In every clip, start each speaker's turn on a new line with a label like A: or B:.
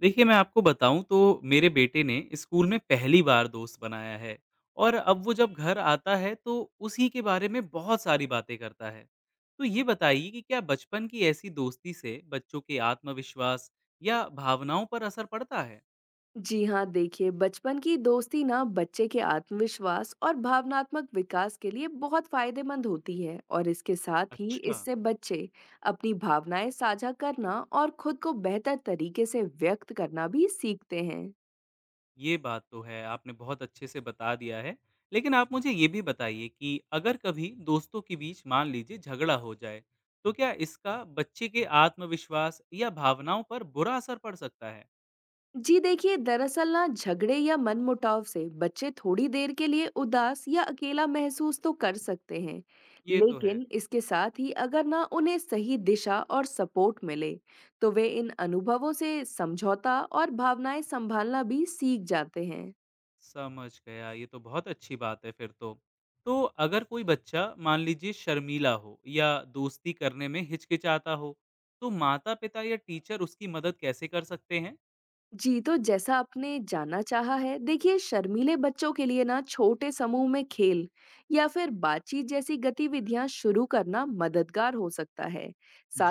A: देखिए, मैं आपको बताऊँ तो मेरे बेटे ने स्कूल में पहली बार दोस्त बनाया है और अब वो जब घर आता है तो उसी के बारे में बहुत सारी बातें करता है। तो ये बताइए कि क्या बचपन की ऐसी दोस्ती से बच्चों के आत्मविश्वास या भावनाओं पर असर पड़ता है?
B: जी हाँ, देखिए बचपन की दोस्ती ना बच्चे के आत्मविश्वास और भावनात्मक विकास के लिए बहुत फायदेमंद होती है। और इसके साथ ही
A: अच्छा,
B: इससे बच्चे अपनी भावनाएं साझा करना और खुद को बेहतर तरीके से व्यक्त करना भी सीखते हैं।
A: ये बात तो है, आपने बहुत अच्छे से बता दिया है। लेकिन आप मुझे ये भी बताइए कि अगर कभी दोस्तों के बीच मान लीजिए झगड़ा हो जाए, तो क्या इसका बच्चे के आत्मविश्वास या भावनाओं पर बुरा असर पड़ सकता है?
B: जी देखिए, दरअसल ना झगड़े या मनमुटाव से बच्चे थोड़ी देर के लिए उदास या अकेला महसूस तो कर सकते हैं।
A: ये तो है।
B: लेकिन इसके साथ ही अगर ना उन्हें सही दिशा और सपोर्ट मिले तो वे इन अनुभवों से समझौता और भावनाएं संभालना भी सीख जाते हैं।
A: समझ गया, ये तो बहुत अच्छी बात है फिर तो। तो अगर कोई बच्चा मान लीजिए शर्मीला हो या दोस्ती करने में हिचकिचाता हो, तो माता-पिता या टीचर उसकी मदद कैसे कर सकते हैं?
B: जी, तो जैसा आपने जानना चाहा है, देखिए शर्मीले बच्चों के लिए ना छोटे समूह में खेल या फिर बातचीत जैसी गतिविधियां शुरू करना मददगार हो सकता है।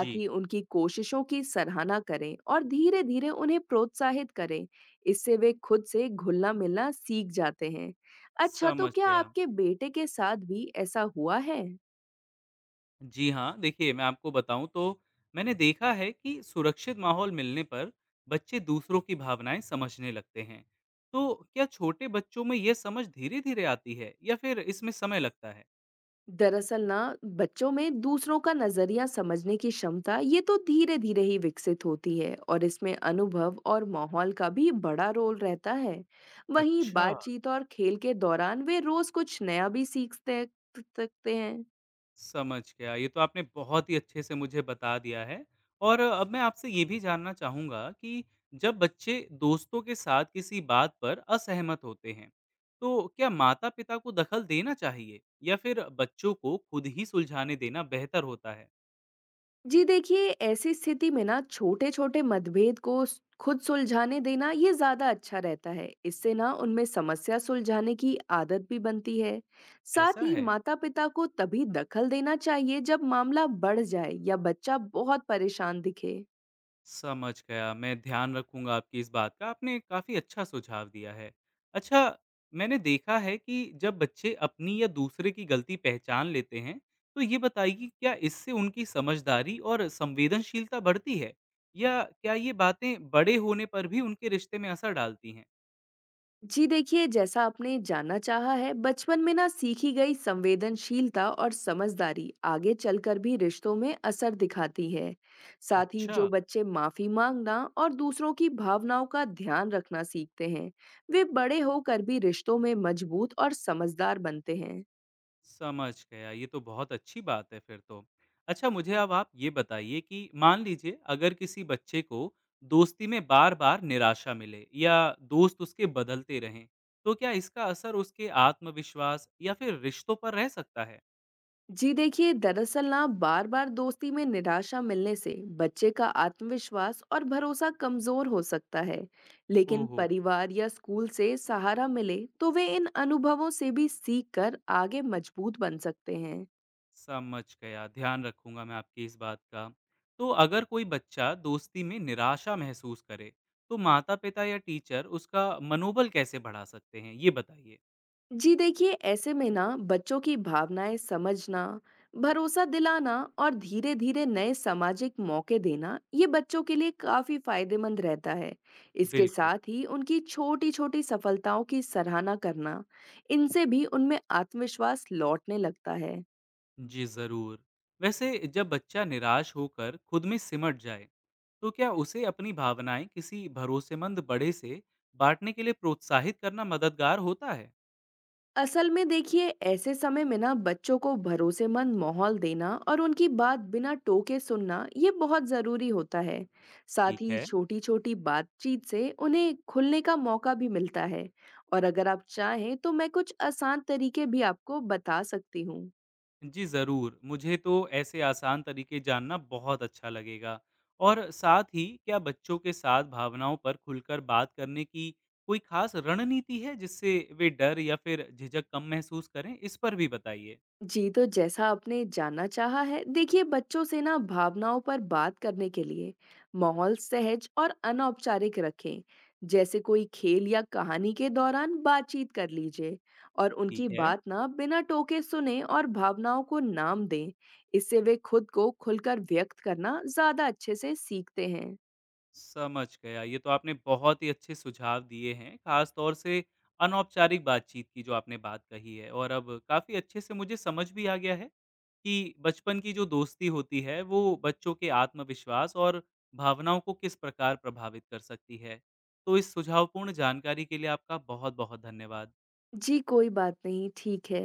A: जी।
B: ही उनकी कोशिशों की सराहना करें और धीरे-धीरे उन्हें प्रोत्साहित करें। इससे वे खुद से घुलना-मिलना सीख जाते हैं। अच्छा, तो
A: समझ
B: क्या
A: गया।
B: आपके बेटे के साथ भी ऐसा हुआ है?
A: जी हाँ, देखिए मैं आपको बताऊँ तो मैंने देखा है कि सुरक्षित माहौल मिलने पर बच्चे दूसरों की भावनाएँ समझने लगते हैं। तो क्या छोटे बच्चों में ये समझ धीरे-धीरे आती है या फिर इसमें समय लगता है?
B: दरअसल ना बच्चों में दूसरों का नजरिया समझने की क्षमता ये तो धीरे धीरे ही विकसित होती है और इसमें अनुभव और माहौल का भी बड़ा रोल रहता है। वहीं
A: अच्छा।
B: बातचीत और खेल के दौरान वे रोज कुछ नया भी सीख सकते सकते हैं।
A: समझ गया। ये तो आपने बहुत ही अच्छे से मुझे बता दिया है और अब मैं आपसे ये भी जानना चाहूँगा कि जब बच्चे दोस्तों के साथ किसी बात पर असहमत होते हैं, तो क्या माता-पिता को दखल देना चाहिए या फिर बच्चों को खुद ही सुलझाने देना बेहतर होता है?
B: जी देखिए, ऐसी स्थिति में ना छोटे-छोटे मतभेद को स खुद सुलझाने देना ये ज़्यादा अच्छा रहता है। इससे ना उनमें समस्या सुलझाने की आदत भी बनती है। साथ
A: ऐसा
B: ही
A: है?
B: माता-पिता को तभी दखल देना चाहिए जब मामला बढ़ जाए या बच्चा बहुत परेशान दिखे।
A: समझ गया, मैं ध्यान रखूँगा आपकी इस बात का, आपने काफ़ी अच्छा सुझाव दिया है। अच्छा, मैंने देखा है कि जब बच्चे अपनी या दूसरे की गलती पहचान लेते हैं, तो ये बताइए कि क्या इससे उनकी समझदारी और संवेदनशीलता बढ़ती है? या क्या ये बातें बड़े होने पर भी उनके रिश्ते में असर डालती हैं?
B: जी देखिए, जैसा आपने जानना चाहा है, बचपन में ना सीखी गई संवेदनशीलता और समझदारी आगे चलकर भी रिश्तों में असर दिखाती है। साथ ही
A: अच्छा।
B: जो बच्चे माफी मांगना और दूसरों की भावनाओं का ध्यान रखना सीखते हैं, वे बड़े होकर भी रिश्तों में मजबूत और समझदार बनते हैं।
A: समझ गया, ये तो बहुत अच्छी बात है फिर तो। अच्छा, मुझे अब आप ये बताइए कि मान लीजिए अगर किसी बच्चे को दोस्ती में बार-बार निराशा मिले या दोस्त उसके बदलते रहें, तो क्या इसका असर उसके आत्मविश्वास या फिर रिश्तों पर रह सकता है?
B: जी देखिए, दरअसल ना बार बार दोस्ती में निराशा मिलने से बच्चे का आत्मविश्वास और भरोसा कमजोर हो सकता है। लेकिन
A: ओहो!
B: परिवार या स्कूल से सहारा मिले तो वे इन अनुभवों से भी सीख कर आगे मजबूत बन सकते हैं।
A: समझ गया, ध्यान रखूँगा मैं आपकी इस बात का। तो अगर कोई बच्चा दोस्ती में निराशा महसूस करे, तो माता-पिता या टीचर उसका मनोबल कैसे बढ़ा सकते हैं? ये बताइए।
B: जी देखिए, ऐसे में ना बच्चों की भावनाएं समझना, भरोसा दिलाना और धीरे धीरे नए सामाजिक मौके देना, ये बच्चों के लिए काफी फायदेमंद रहता है। इसके
A: बिल्कुल।
B: साथ ही उनकी छोटी छोटी सफलताओं की सराहना करना, इनसे भी उनमें आत्मविश्वास लौटने लगता है।
A: जी ज़रूर। वैसे जब बच्चा निराश होकर खुद में सिमट जाए, तो क्या उसे अपनी भावनाएं किसी भरोसेमंद बड़े से बांटने के लिए प्रोत्साहित करना मददगार होता है?
B: असल में देखिए, ऐसे समय में ना बच्चों को भरोसेमंद माहौल देना और उनकी बात बिना टोके सुनना ये बहुत जरूरी होता है। साथ
A: ठीक
B: ही
A: है।
B: छोटी छोटी बातचीत से उन्हें खुलने का मौका भी मिलता है। और अगर आप चाहें तो मैं कुछ आसान तरीके भी आपको बता सकती हूँ।
A: जी ज़रूर, मुझे तो ऐसे आसान तरीके जानना बहुत अच्छा लगेगा। और साथ ही क्या बच्चों के साथ भावनाओं पर खुलकर बात करने की कोई खास रणनीति है जिससे वे डर या फिर झिझक कम महसूस करें? इस पर भी बताइए।
B: जी, तो जैसा आपने जानना चाहा है, देखिए बच्चों से ना भावनाओं पर बात करने के लिए माहौल सहज और अनौपचारिक रखें। जैसे कोई खेल या कहानी के दौरान बातचीत कर लीजिए, और
A: ठीक
B: उनकी
A: है।
B: बात ना बिना टोके सुने और भावनाओं को नाम दें। इससे वे खुद को खुलकर व्यक्त करना ज्यादा अच्छे से सीखते हैं।
A: समझ गया। ये तो आपने बहुत ही अच्छे सुझाव दिए हैं, ख़ास तौर से अनौपचारिक बातचीत की जो आपने बात कही है और अब काफ़ी अच्छे से मुझे समझ भी आ गया है कि बचपन की जो दोस्ती होती है, वो बच्चों के आत्मविश्वास और भावनाओं को किस प्रकार प्रभावित कर सकती है। तो इस सुझावपूर्ण जानकारी के लिए आपका बहुत-बहुत धन्यवाद।
B: जी कोई बात नहीं, ठीक है।